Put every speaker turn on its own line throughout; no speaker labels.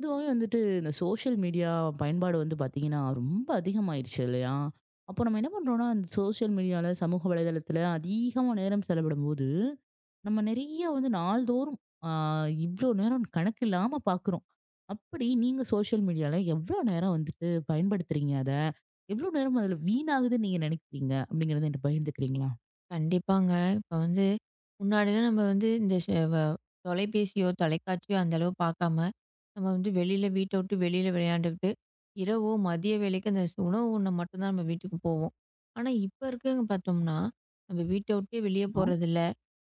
இதுவாவே வந்துட்டு இந்த social media பயன்பாடு வந்து பார்த்தீங்கன்னா, ரொம்ப அதிகமாயிருச்சு இல்லையா? அப்போ நம்ம என்ன பண்றோம்னா, அந்த சோஷியல் மீடியால, சமூக வலைதளத்துல அதிகமா நேரம் செலவிடும்போது, நம்ம நெறைய வந்து நாள்தோறும் அ இவ்ளோ நேரம் கணக்கில்லாம பார்க்குறோம். அப்படி நீங்க சோஷியல் மீடியால எவ்ளோ நேரம் வந்துட்டு பயன்படுத்துறீங்க அத? எவ்ளோ நேரம் அதுல வீணாகுதுன்னு நீங்க நெனைக்கிறீங்க? அப்படிங்கிறத என்ட்ட பகிர்ந்துக்கிறீங்களா?
கண்டிப்பாங்க. இப்ப வந்து முன்னாடிலாம் நம்ம வந்து இந்த ஷ வ தொலைபேசியோ, தொலைக்காட்சியோ அந்த அளவு பார்க்காம, நம்ம வந்து வெளியில வீட்ட விட்டு வெளியில விளையாண்டுக்கிட்டு, இரவோ, மதிய வேளைக்கு அந்த ஸ் உணவு உண்ண மட்டும் தான் நம்ம வீட்டுக்கு போவோம். ஆனா, இப்ப இருக்கங்க பார்த்தோம்னா, நம்ம வீட்ட விட்டே வெளியே
ஆ,
போறதில்ல.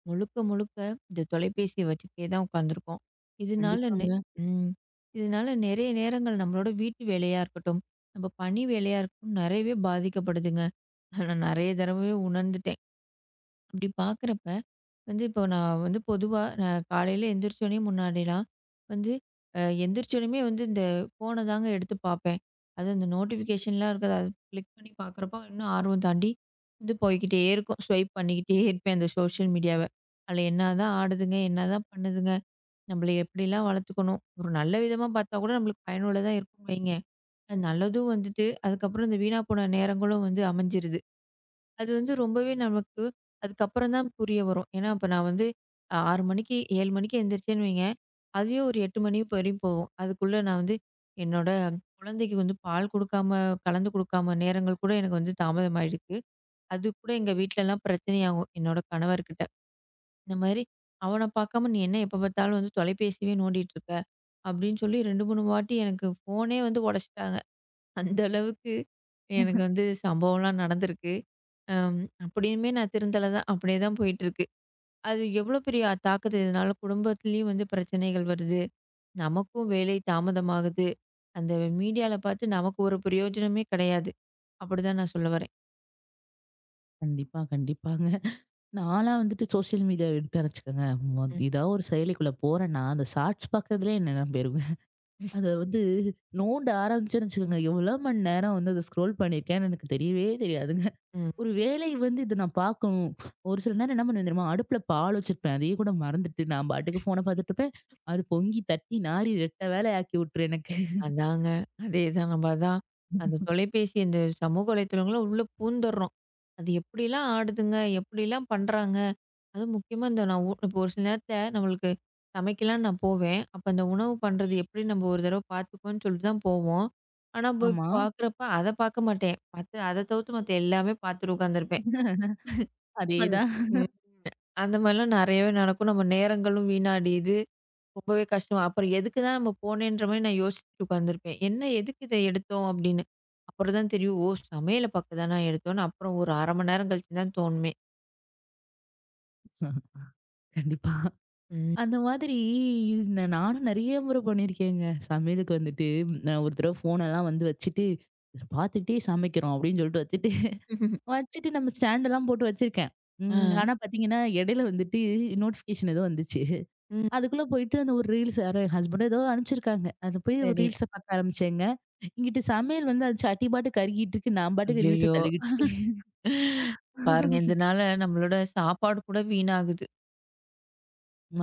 முழுக்க முழுக்க இந்த தொலைபேசிய வச்சுக்கிட்டே தான் உட்காந்துருக்கோம். இதனால நெ
கண்டிப்பாங்க.
ம். இதனால நெறைய நேரங்கள் நம்மளோட வீட்டு வேலையா இருக்கட்டும், நம்ம பணி வேலையா இருக்கட்டும், நெறையவே பாதிக்கப்படுதுங்க. அத நான் நெறைய தடவவே உணர்ந்துட்டேன். அப்படி பார்க்குறப்ப வந்து இப்போ நான் வந்து பொதுவா நான் காலையில எந்திரிச்சோனே முன்னாடிலாம் வந்து எந்திரிச்சோனேமே வந்து இந்த ஃபோனை தாங்க எடுத்து பார்ப்பேன். அது அந்த நோட்டிஃபிகேஷன்லாம் இருக்குது அது கிளிக் பண்ணி பார்க்குறப்போ இன்னும் ஆர்வம் தாண்டி வந்து போய்க்கிட்டே இருக்கும். ஸ்வைப் பண்ணிக்கிட்டே இருப்பேன் அந்த சோஷியல் மீடியாவ. அதில் என்னதான் ஆடுதுங்க, என்னதான் பண்ணுதுங்க, நம்மள எப்படிலாம் வளர்த்துக்கணும், ஒரு நல்ல விதமா பார்த்தா கூட நம்மளுக்கு பயனுள்ளதா இருக்கும்னு வைங்க. அது நல்லதும் வந்துட்டு, அதுக்கப்புறம் இந்த வீணா போன நேரங்களும் வந்து அமைஞ்சிருது. அது வந்து ரொம்பவே நமக்கு அதுக்கப்புறம் தான் புரிய வரும். ஏன்னா, இப்ப நான் வந்து 6 மணிக்கு 7 மணிக்கு எந்திரிச்சேன்னு வைங்க, அதுவே ஒரு 8 மணி வரையும் போகும். அதுக்குள்ள நான் வந்து என்னோட குழந்தைக்கு வந்து பால் குடுக்காம, கலந்து குடுக்காம நேரங்கள் கூட எனக்கு வந்து தாமதமாயிருக்கு. அது கூட எங்க வீட்லலாம் பிரச்சனையாகும் என்னோட கணவர்கிட்ட. இந்த மாதிரி "அவன பார்க்காம நீ என்ன எப்ப பார்த்தாலும் வந்து தொலைபேசியவே நோண்டிட்டு இருக்க?" அப்படின்னு சொல்லி 2, 3 வாட்டி எனக்கு ஃபோனே வந்து உடைச்சுட்டாங்க. அந்த அளவுக்கு எனக்கு வந்து சம்பவம்லாம் நடந்திருக்கு. அம் அப்படியுமே நான் திருந்தல தான். அப்படியே தான் போயிட்டுருக்கு. அது எவ்வளோ பெரிய தாக்கத்த இதனால குடும்பத்திலயும் வந்து பிரச்சனைகள் வருது. நமக்கும் வேலை தாமதமாகுது. அந்த மீடியால பார்த்து நமக்கு ஒரு பிரயோஜனமே கிடையாது. அப்படிதான் நான் சொல்ல வரேன்.
கண்டிப்பா, கண்டிப்பாங்க. நான்லாம் வந்துட்டு சோசியல் மீடியா எடுத்தேன்னு வச்சுக்கோங்க.
ம்.
ஏதாவது ஒரு செயலிக்குள்ள போறேன்னா, அந்த ஷார்ட்ஸ் பார்க்கறதுலயே என் நேரம் போயிருங்க. அத வந்து நோண்ட ஆரம்பிச்சேன்னு வச்சுக்கோங்க, எவ்வளோ மணி நேரம் வந்து அத ஸ்க்ரோல் பண்ணியிருக்கேன்னு எனக்கு தெரியவே தெரியாதுங்க.
ம்.
ஒரு வேலை வந்து இத நான் பார்க்கணும். ஒரு சில நேரம் என்ன பண்ணுவேன் தெரியுமா? அடுப்புல பால் வச்சிருப்பேன். அதையே கூட மறந்துட்டு நான் பாட்டுக்கு ஃபோன பார்த்துட்டு இருப்பேன். அது பொங்கி தட்டி நாறி ரெட்டை வேலை ஆக்கி விட்டுரும் எனக்கு.
அதாங்க. அதேதான். நம்ம அதான் அந்த தொலைபேசி இந்த சமூக வலைத்தளங்கள்ல உள்ள பூந்துடுறோம். அது எப்படிலாம் ஆடுதுங்க, எப்படிலாம் பண்றாங்க. அதுவும் முக்கியமா இந்த நான் ஊ இப்போ ஒரு சில நேரத்தில நம்மளுக்கு சமைக்கலான்னு நான் போவேன். அப்ப அந்த உணவு பண்றது எப்படி நம்ம ஒரு தடவ பார்த்துக்குவோம்ன்னு சொல்லிட்டு தான் போவோம். ஆனா போய்
ஆமா.
பார்க்குறப்ப அத பார்க்க மாட்டேன். மத்த அத தவிர்த்து மத்த எல்லாமே பார்த்துட்டு உட்காந்துருப்பேன். அந் ம்.
அதேதான்.
ம். அந்த மாரிலாம் நெறையவே நடக்கும். நம்ம நேரங்களும் வீணாடிது. ரொம்பவே கஷ்டம். அப்புறம் எதுக்கு தான் நம்ம போனேன்ற மாரி நான் யோசிச்சுட்டு உட்காந்துருப்பேன். என்ன எதுக்கு இத எடுத்தோம் அப்படின்னு. அப்புறம் தான் தெரியும், ஓ! சமையல பார்க்க தானா எடுத்தோம்ன்னு அப்புறம் ஒரு 1/2 மணி நேரம் கழிச்சு தான் தோணுமே.
கண்டிப்பா.
ம்.
அந்த மாதிரி நானும் நெறைய முறை பண்ணியிருக்கேங்க. சமையலுக்கு வந்துட்டு நான் ஒரு தடவ ஃபோனெல்லாம் வந்து வச்சுட்டு, இத பார்த்துக்கிட்டே சமைக்கிறோம் அப்படின்னு சொல்லிட்டு வச்சுட்டு,
ம்.
வச்சுட்டு நம்ம ஸ்டாண்டெல்லாம் போட்டு வச்சிருக்கேன்.
ஆ.
ம். ஆனா பார்த்தீங்கன்னா, இடையில வந்துட்டு நோட்டிஃபிகேஷன் ஏதோ வந்துச்சு.
ம்.
அதுக்குள்ள போயிட்டு அந்த ஒரு ரீல்ஸ் யாரோ என் ஹஸ்பண்ட் ஏதோ அனுப்பிச்சிருக்காங்க. அது போய் ஒரு
சரி.
ரீல்ஸ பார்க்க ஆரம்பிச்சேங்க. இங்கிட்டு சமையல் வந்து அது சட்டி பாட்டுக்கு கருகிட்டு இருக்கு. நான் பாட்டுக்கு ரீல்ஸ
ஐயய்யோ!
தள்ளிக்கிட்டு இருக்கேன்.
பாருங்க இதனால நம்மளோட சாப்பாடு கூட வீணாகுது.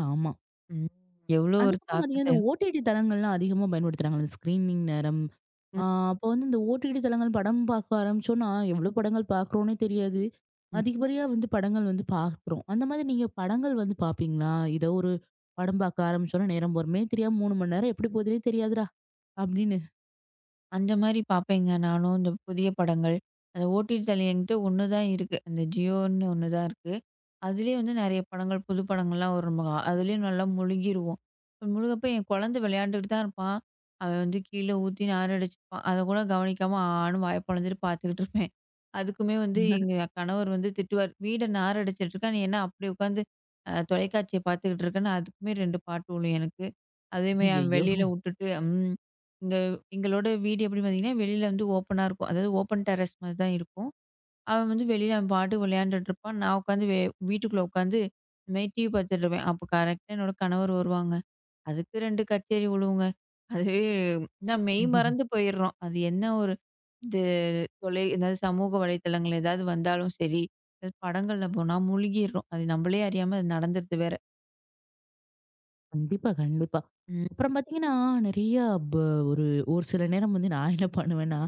ஆமா.
ம். எவ்வளோ ஒரு
அதுக்கப்புறம்
தாக்கத்த.
பார்த்தீங்கன்னா, இந்த ஓடிடி தளங்கள்லாம் அதிகமா பயன்படுத்துறாங்க. அந்த ஸ்க்ரீனிங் நேரம்.
ம்.
ஆ அப்போ வந்து இந்த ஓடிடி தளங்கள் படம் பார்க்க ஆரம்பிச்சோம்னா, எவ்வளோ படங்கள் பார்க்குறோன்னே தெரியாது. அதிகப்படியா வந்து படங்கள் வந்து பார்க்குறோம். அந்த மாதிரி நீங்க படங்கள் வந்து பார்ப்பீங்களா? ஏதோ ஒரு படம் பார்க்க ஆரம்பிச்சோம்னா, நேரம் போறமே தெரியாம 3 மணி நேரம் எப்படி போகுதுன்னே தெரியாதுடா! அப்படின்னு.
அந்த மாரி பார்ப்பேங்க நானும். இந்த புதிய படங்கள். அந்த ஓடிடி தளம் என்கிட்ட ஒண்ணு தான் இருக்கு. அந்த ஜியோன்னு ஒண்ணு தான் இருக்கு. அதிலேயே வந்து நெறைய படங்கள், புது படங்கள்லாம் வரும். நம்ம அதுலேயும் நல்லா முழுகிருவோம். இப்ப முழுகப்ப என் குழந்தை விளையாண்டுட்டு தான் இருப்பான். அவன் வந்து கீழ ஊத்தி நாறு அடிச்சுப்பான். அத கூட கவனிக்காம ஆன்னு வாய பொளந்துட்டு பார்த்துக்கிட்டு இருப்பேன். அதுக்குமே வந்து எங்க கணவர் வந்து திட்டுவார். "வீட நாறு அடிச்சுட்டு இருக்க. நீ என்ன அப்படி உட்காந்து தொலைக்காட்சிய பார்த்துக்கிட்டு இருக்கன்னு" அதுக்குமே 2 பாட்டு விழும் எனக்கு. அதேமாரி அவன்
ஐய்யய்யோ!
வெளியில வுட்டுட்டு ம். எங்களோட வீடு எப்படி பார்த்தீங்கன்னா, வெளியில வந்து ஓப்பனா இருக்கும். அதாவது ஓப்பன் டெரஸ் மாரி தான் இருக்கும். அவன் வந்து வெளியில அவன் பாட்டுக்கு விளையாண்டுட்டு இருப்பான். நான் உட்காந்து வே வீட்டுக்குள்ள உட்காந்து இந்த மாரி டிவி பார்த்துட்டு இருப்பேன். அப்போ கரெக்ட்டா என்னோட கணவர் வருவாங்க. அதுக்கு 2 கச்சேரி விழுவுங்க. அதுவே நான் மெய் மறந்து போயிடுறோம். அது என்ன ஒரு இது தொலை ஏதாவது சமூக வலைத்தளங்கள் ஏதாவது வந்தாலும் சரி, இந்த படங்கள்ல போனா முழுகிடுறோம். அது நம்மளே அறியாம அது நடந்துருது வேற.
கண்டிப்பா, கண்டிப்பா.
ம்.
அப்புறம் பார்த்தீங்கன்னா, நெறைய ப ஒரு ஒரு சில நேரம் வந்து நான் என்ன பண்ணுவேன்னா,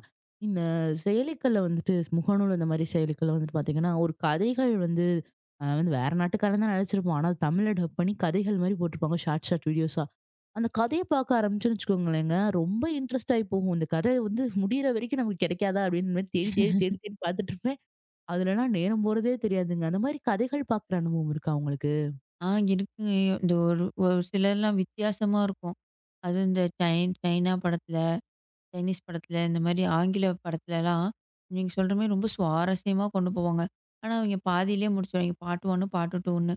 இந்த செயலிகள்ல வந்துட்டு முகநூல் இந்த மாரி செயலிகள்ல வந்துட்டு பார்த்தீங்கன்னா, ஒரு கதைகள் வந்து அவன் வந்து வேற நாட்டுக்காரன் தான் நெனச்சிருப்பான். ஆனா தமிழ்ல டப் பண்ணி கதைகள் மாரி போட்டுருப்பாங்க. ஷார்ட், ஷார்ட் வீடியோஸா. அந்த கதைய பார்க்க ஆரம்பிச்சோன்னு வச்சுக்கோங்களேங்க, ரொம்ப இன்ட்ரெஸ்ட் ஆயி போகும். இந்த கதை வந்து முடியிற வரைக்கும் நமக்கு கிடைக்காதா? அப்படின்னு மாரி தேடி, தேடி, தேடி, தேடி பார்த்துட்டுருப்பேன். அதுலலாம் நேரம் போறதே தெரியாதுங்க. அந்த மாரி கதைகள் பார்க்குற அனுபவம் இருக்கா உங்களுக்கு?
ஆ இருக்குங்க. இந்த ஒரு ஒரு சிலர்லாம் வித்தியாசமா இருக்கும். அதுவும் இந்த சைனா படத்துல சைனீஸ் படத்துல, இந்த மாரி ஆங்கில படத்துலலாம், நீங்க சொல்ற மாரி ரொம்ப சுவாரஸ்யமா கொண்டு போவாங்க. ஆனா, அவைங்க பாதியிலேயே முடிச்சுருவாய்ங்க. Part 1, part 2ன்னு.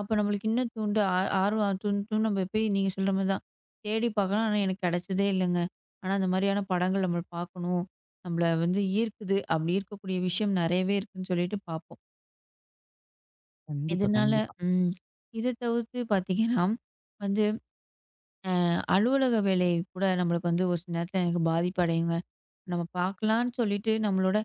அப்ப நம்மளுக்கு இன்னும் தூண்டு ஆ ஆர்வம் தூண்டும் நம்ம போய் நீங்க சொல்ற மாரி தான். தேடி பார்க்கலாம். ஆனா, எனக்கு கிடைச்சதே இல்லங்க. ஆனா, அந்த மாரியான படங்கள் நம்ம பார்க்கணும். நம்மள வந்து ஈர்க்குது. அப்படி ஈர்க்கக்கூடிய விஷயம் நெறையவே இருக்குன்னு சொல்லிட்டு பார்ப்போம்.
கண்டிப்பா,
இதனால
கண்டிப்பா.
ம். இத தவிர்த்து பார்த்தீங்கன்னா, வந்து அலுவலக வேலை கூட நம்மளுக்கு வந்து ஒரு சில நேரத்துல எனக்கு பாதிப்படையுங்க. நம்ம பார்க்கலான்னு சொல்லிட்டு நம்மளோட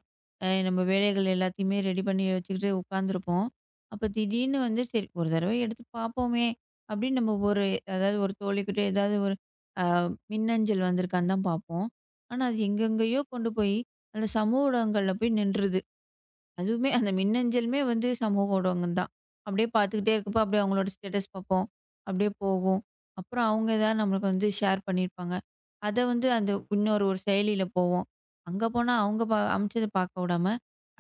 நம்ம வேலைகள் எல்லாத்தையுமே ரெடி பண்ணி வச்சுக்கிட்டு உட்காந்துருப்போம். அப்ப திடீர்னு வந்து சரி ஒரு தடவை எடுத்து பார்ப்போமே! அப்படின்னு நம்ம ஒரு அதாவது ஒரு தோழிக்கிட்ட ஏதாவது ஒரு அ மின்னஞ்சல் வந்திருக்கான்னு தான் பார்ப்போம். ஆனா அது எங்கெங்கேயோ கொண்டு போய் அந்த சமூக ஊடகங்கள்ல போய் நின்றுது. அதுவுமே அந்த மின்னஞ்சலுமே வந்து சமூக ஊடகம் தான். அப்படியே பார்த்துக்கிட்டே இருக்கப்போ, அப்படியே அவங்களோட ஸ்டேட்டஸ் பார்ப்போம். அப்படியே போகும். அப்புறம் அவங்க ஏதாவது நம்மளுக்கு வந்து ஷேர் பண்ணியிருப்பாங்க. அத வந்து அந்த இன்னொரு ஒரு செயலியில போவோம். அங்க போனா அவங்க ப அமுச்சத பார்க்க விடாம,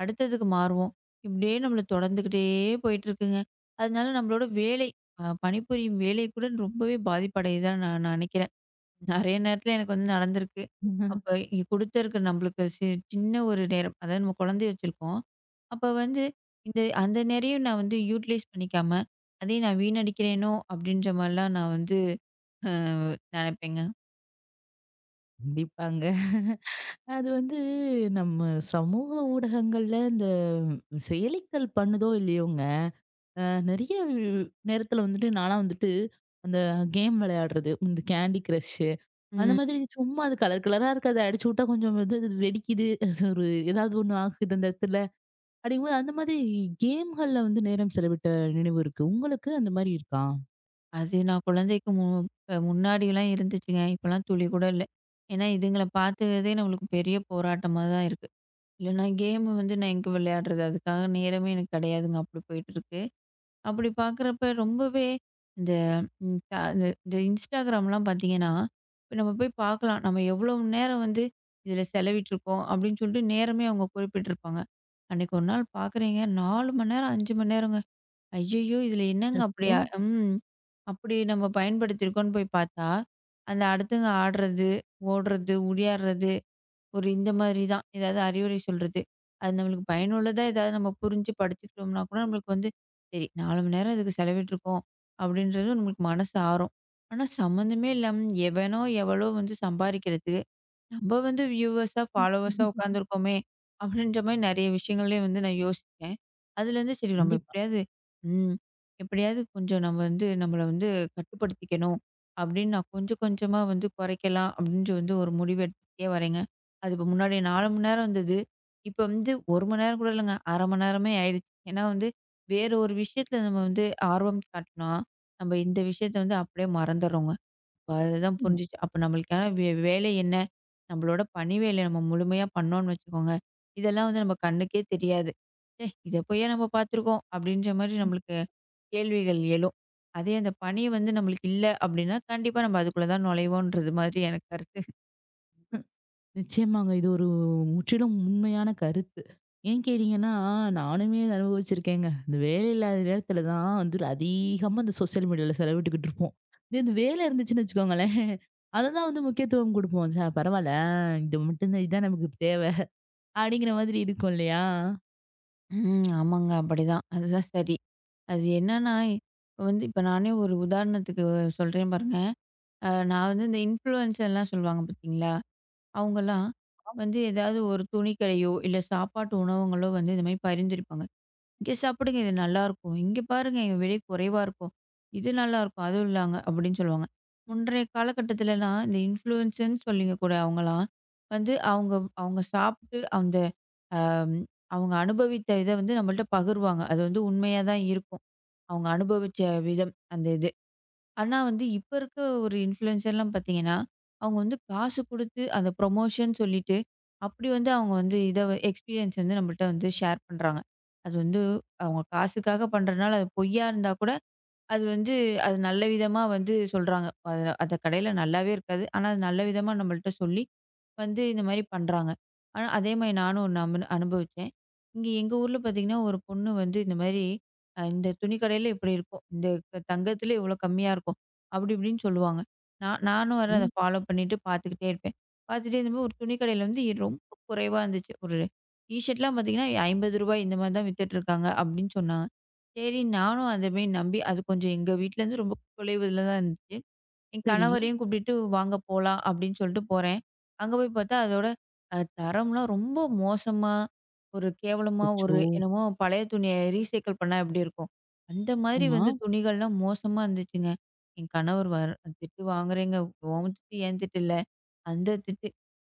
அடுத்ததுக்கு மாறுவோம். இப்படியே நம்மள தொடர்ந்துகிட்டே போயிட்டுருக்குங்க. அதனால நம்மளோட வேலை பணிபுரியும் வேலை கூட ரொம்பவே பாதிப்படையுதுதான் நான் நான் நினைக்கிறேன். நெறைய நேரத்துல எனக்கு வந்து நடந்திருக்கு. அப்ப குடுத்திருக்க நம்மளுக்கு சின்ன ஒரு நேரம். அதாவது நம்ம குழந்தை வச்சிருக்கோம். அப்ப வந்து இந்த அந்த நேரையும் நான் வந்து யூட்டிலைஸ் பண்ணிக்காம, அதையும் நான் வீணடிக்கிறேனோ! அப்டின்ற மாரிலாம் நான் வந்து அ நெனைப்பேங்க.
கண்டிப்பாங்க. அது வந்து நம்ம சமூக ஊடகங்கள்ல இந்த செயலிகள் பண்ணுதோ இல்லையோங்க, அ நெறைய நேரத்துல வந்துட்டு நான்லாம் வந்துட்டு அந்த கேம் விளையாடுறது, இந்த கேண்டி கிரஷ்ஷு அந்த
ம்.
மாதிரி சும்மா அது கலர் கலரா இருக்கு. அத அடிச்சு விட்டா கொஞ்சம் வந்து அது வெடிக்குது. அது ஒரு ஏதாவது ஒண்ணு ஆகுது அந்த இடத்துல. அப்படிங்கும்போது அந்த மாதிரி கேம்கள்ல வந்து நேரம் செலவிட்ட நினைவு இருக்கு. உங்களுக்கு அந்த மாரி இருக்கா?
அது நான் குழந்தைக்கு மு அ முன்னாடிலாம் இருந்துச்சுங்க. இப்பலாம் துளி கூட இல்ல. ஏன்னா இதுங்கள பாத்துக்கிறதே நம்மளுக்கு பெரிய போராட்டமா தான் இருக்கு. இல்லன்னா கேம் வந்து நான் எங்க விளையாடுறது? அதுக்காக நேரமே எனக்கு கிடையாதுங்க. அப்டி போயிட்டுருக்கு. அப்படி பார்க்குறப்ப ரொம்பவே இந்த ம், த இந்த இந்த இன்ஸ்டாகிராம்லாம் பார்த்தீங்கன்னா, இப்ப நம்ம போய் பார்க்கலாம். நம்ம எவ்வளோ நேரம் வந்து இதில செலவிட்டுருக்கோம் அப்படின்னு சொல்லிட்டு நேரமே அவங்க குறிப்பிட்டிருப்பாங்க. அன்னைக்கு ஒரு நாள் பார்க்குறீங்க 4 மணி நேரம், 5 மணி நேரங்க. ஐய்யய்யோ! இதில என்னங்க
அச்சச்சோ!
அப்படியா ம். அப்படி நம்ம பயன்படுத்தியிருக்கோம்ன்னு போய் பார்த்தா, அந்த அடுத்தவங்க ஆடுறது, ஓடுறது, உடையாடுறது ஒரு இந்த மாதிரி தான். ஏதாவது அறிவுரை சொல்றது. அது நம்மளுக்கு பயனுள்ளதா ஏதாவது நம்ம புரிஞ்சு படிச்சுக்கிட்டோம்னா கூட நம்மளுக்கு வந்து, சரி 4 மணி நேரம் இதுக்கு செலவிட்டுருக்கோம் அப்படின்றது நம்மளுக்கு மனசு ஆறும். ஆனா சம்மந்தமே இல்லாம எவனோ எவளோ வந்து சம்பாரிக்கிறது. நம்ம வந்து வியூவர்ஸா, ஃபாலோவர்ஸா உட்காந்துருக்கோமே! அப்படின்ற மாரி நெறைய விஷயங்கள்லயும் வந்து நான் யோசிச்சேன். அதுலேருந்து சரி நம்ம
கண்டிப்பா.
எப்படியாவது ம் எப்படியாவது கொஞ்சம் நம்ம வந்து நம்மள வந்து கட்டுப்படுத்திக்கணும். அப்படின்னு நான் கொஞ்சம் கொஞ்சமா வந்து குறைக்கலாம் அப்படின்ட்டு வந்து ஒரு முடிவு எடுத்துக்கிட்டே வரேங்க. அது இப்ப முன்னாடி 4 மணி நேரம் இருந்தது. இப்ப வந்து 1 மணி நேரம் கூட இல்லங்க. 1/2 மணி நேரமே ஆயிடுச்சு. ஏன்னா வந்து வேற ஒரு விஷயத்துல நம்ம வந்து ஆர்வம் காட்டினா, நம்ம இந்த விஷயத்த வந்து அப்படியே மறந்துர்றோங்க. அதுதான் புரிஞ்சுச்சு. அப்ப நம்மளுக்கான வேலை என்ன? நம்மளோட பணி வேலைய நம்ம முழுமையா பண்ணோம்னு வச்சுக்கோங்க, இதெல்லாம் வந்து நம்ம கண்ணுக்கே தெரியாது. "ச்சே! இத போயா நம்ம பார்த்துருக்கோம்." அப்படின்ற மாரி நம்மளுக்கு கேள்விகள் எழும். அதே அந்த பணி வந்து நம்மளுக்கு இல்ல அப்படின்னா, கண்டிப்பா நம்ம அதுக்குள்ள தான் நுழைவோன்றது மாதிரி எனக்கு கருத்து.
நிச்சயமாங்க. இது ஒரு முற்றிலும் உண்மையான கருத்து. ஏன் கேட்டீங்கன்னா, நானுமே இத அனுபவிச்சிருக்கேங்க. இந்த வேலை இல்லாத நேரத்துல தான் வந்து அதிகமா இந்த சோசியல் மீடியால செலவிட்டுக்கிட்டு இருப்போம். இதே இந்த வேலை இருந்துச்சுன்னு வச்சுக்கோங்களேன், அததான் வந்து முக்கியத்துவம் குடுப்போம். பரவால்ல, இது மட்டும் தான் இதான் நமக்கு தேவை." அப்படிங்கிற மாதிரி இருக்கும் இல்லையா?
ம். ஆமாங்க. அப்படிதான். அதுதான் சரி. அது என்னன்னா, இப்ப வந்து இப்ப நானே ஒரு உதாரணத்துக்கு சொல்றேன் பாருங்க. நான் வந்து இந்த இன்ஃப்ளூயன்சர்லாம் சொல்லுவாங்க பார்த்தீங்களா? அவங்கலாம் வந்து ஏதாவது ஒரு துணிக்கடையோ, இல்ல சாப்பாட்டு உணவகங்களோ வந்து இந்த மாரி பரிந்துரைப்பாங்க. "இங்கே சாப்பிடுங்க இது நல்லாயிருக்கும். இங்கே பாருங்க இங்க விலை குறைவா இருக்கும். இது நல்லாயிருக்கும். அது இல்லாங்க" அப்படின்னு சொல்லுவாங்க. முன்றைய காலகட்டத்துலலாம் இந்த இன்ஃப்ளூயன்ஸர்ன்னு சொல்லிக்கக்கூடிய அவங்கலாம் வந்து அவங்க அவங்க சாப்பிட்டு அந்த அம் அவங்க அனுபவித்த இத வந்து நம்மள்ட்ட பகிர்வாங்க. அது வந்து உண்மையா தான் இருக்கும். அவங்க அனுபவிச்ச விதம் அந்த இது. ஆனா வந்து இப்ப இருக்க ஒரு இன்ஃப்ளூயன்ஸர்லாம் பார்த்தீங்கன்னா, அவங்க வந்து காசு குடுத்து அந்த ப்ரொமோஷன் சொல்லிட்டு, அப்படி வந்து அவங்க வந்து இத எக்ஸ்பீரியன்ஸ் வந்து நம்மள்ட்ட வந்து ஷேர் பண்றாங்க. அது வந்து அவங்க காசுக்காக பண்றதுனால அது பொய்யா இருந்தா கூட, அது வந்து அது நல்ல விதமா வந்து சொல்றாங்க. அது அந்த கடையில நல்லாவே இருக்காது. ஆனா, அது நல்ல விதமா நம்மள்ட்ட சொல்லி வந்து இந்த மாரி பண்றாங்க. ஆனா, அதே மாரி நானும் ஒண்ணு அனுபவிச்சேன். இங்க எங்க ஊர்ல பார்த்தீங்கன்னா, ஒரு பொண்ணு வந்து இந்த மாரி இந்த துணி கடையில இப்படி இருக்கும். இந்த தங்கத்தில இவ்வளோ கம்மியா இருக்கும். அப்படி இப்படின்னு சொல்லுவாங்க. நானும் வேற அதை
ம்.
ஃபாலோ பண்ணிட்டு பார்த்துக்கிட்டே இருப்பேன். பார்த்துட்டே இருந்தபோது ஒரு துணி கடையில வந்து ரொம்ப குறைவா இருந்துச்சு. ஒரு டீ ஷர்ட்லாம் பார்த்தீங்கன்னா, ரூ. 50 இந்த மாரி தான் வித்துட்டு இருக்காங்க அப்படின்னு சொன்னாங்க. சரி, நானும் அத போய் நம்பி அது கொஞ்சம் எங்க வீட்லேருந்து ரொம்ப தொலைவுல தான் இருந்துச்சு. என்
சரி.
கணவரையும் கூட்டிட்டு வாங்க போலாம் அப்படின்னு சொல்லிட்டு போறேன். அங்க போய் பார்த்தா அதோட தரம்லாம் ரொம்ப மோசமா, ஒரு கேவலமா
அச்சோ!
ஒரு என்னமோ பழைய துணிய ரீசைக்கிள் பண்ணா எப்படி இருக்கும்? அந்த மாதிரி
ஆமா.
வந்து துணிகள்லாம் மோசமா இருந்துச்சுங்க. என் கணவர் வர திட்டு வாங்குறேங்க. உன் திட்டு என் திட்டு இல்ல. அந்த திட்டு.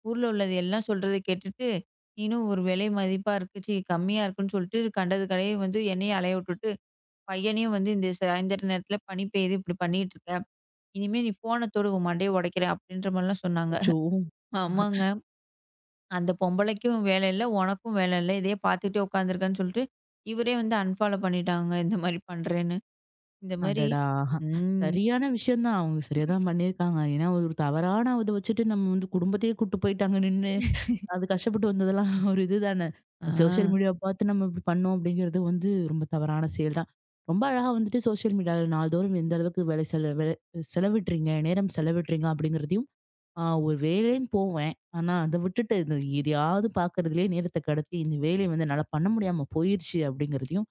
ஊர்ல உள்ளது எல்லாம் சொல்றத கேட்டுட்டு, நீனும் ஒரு விலை மதிப்பா இருக்கு. ச்சீ கம்மியா இருக்குன்னு சொல்லிட்டு கண்டது கடைய வந்து என்னையும் அலைய விட்டுட்டு பையனையும் வந்து இந்த சாயந்தர நேரத்துல பனி பெய்யுது இப்படி பண்ணிட்டு இருக்க. இனிமே நீ ஃபோன தொடு உன் மண்டைய உடைக்கிறேன் அப்படின்ற மாதிரிலாம் சொன்னாங்க.
அச்சோ!
ஆமாங்க. அந்த பொம்பளைக்கும் வேலை இல்ல, உனக்கும் வேலை இல்ல. இதையே பார்த்துட்டே உட்காந்துருக்கன்னு சொல்லிட்டு, இவரே வந்து அன்ஃபாலோ பண்ணிட்டாங்க. இந்த மாரி பண்றேன்னு. இந்த மாரி
அடடா!
ம்.
சரியான விஷயம் தான். அவங்க சரியா தான் பண்ணியிருக்காங்க. ஏன்னா, ஒரு தவறான இத வச்சுட்டு நம்ம வந்து குடும்பத்தையே கூட்டு போயிட்டாங்க நின்னு. அது கஷ்டப்பட்டு வந்ததெல்லாம் ஒரு இதுதானே. சோஷியல்
ஆ.
மீடியாவ பார்த்து நம்ம இப்படி பண்ணோம் அப்படிங்கிறது வந்து ரொம்ப தவறான செயல் தான். ரொம்ப அழகா வந்துட்டு சோஷியல் மீடியால நாள்தோறும் எந்த அளவுக்கு வேலை செலவிடுறீங்க, நேரம் செலவிடுறீங்க அப்படிங்கிறதையும், ஒரு வேலைன்னு போவேன். ஆனா அத விட்டுட்டு இந்த எதையாவது பார்க்கறதுலயே நேரத்த கடத்தி இந்த வேலைய வந்து என்னால பண்ண முடியாம போயிருச்சு அப்படிங்கிறதையும்,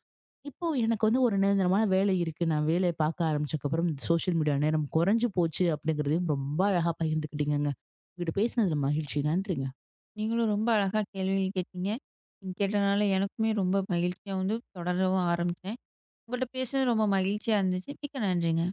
இப்போ எனக்கு வந்து ஒரு நிரந்தரமான வேலை இருக்கு. நான் வேலைய பார்க்க ஆரம்பிச்சதுக்கப்புறம் சோஷியல் மீடியா நேரம் குறைஞ்சு போச்சு அப்படிங்கிறதையும் ரொம்ப அழகா பகிர்ந்துக்கிட்டீங்கங்க. உங்ககிட்ட பேசினதுல மகிழ்ச்சி. நன்றிங்க.
நீங்களும் ரொம்ப அழகா கேள்விகள் கேட்டீங்க. நீங்க கேட்டனால எனக்குமே ரொம்ப மகிழ்ச்சியா வந்து தொடரவும் ஆரம்பிச்சேன். உங்கள்ட்ட பேசுனது ரொம்ப மகிழ்ச்சியா இருந்துச்சு. மிக்க நன்றிங்க.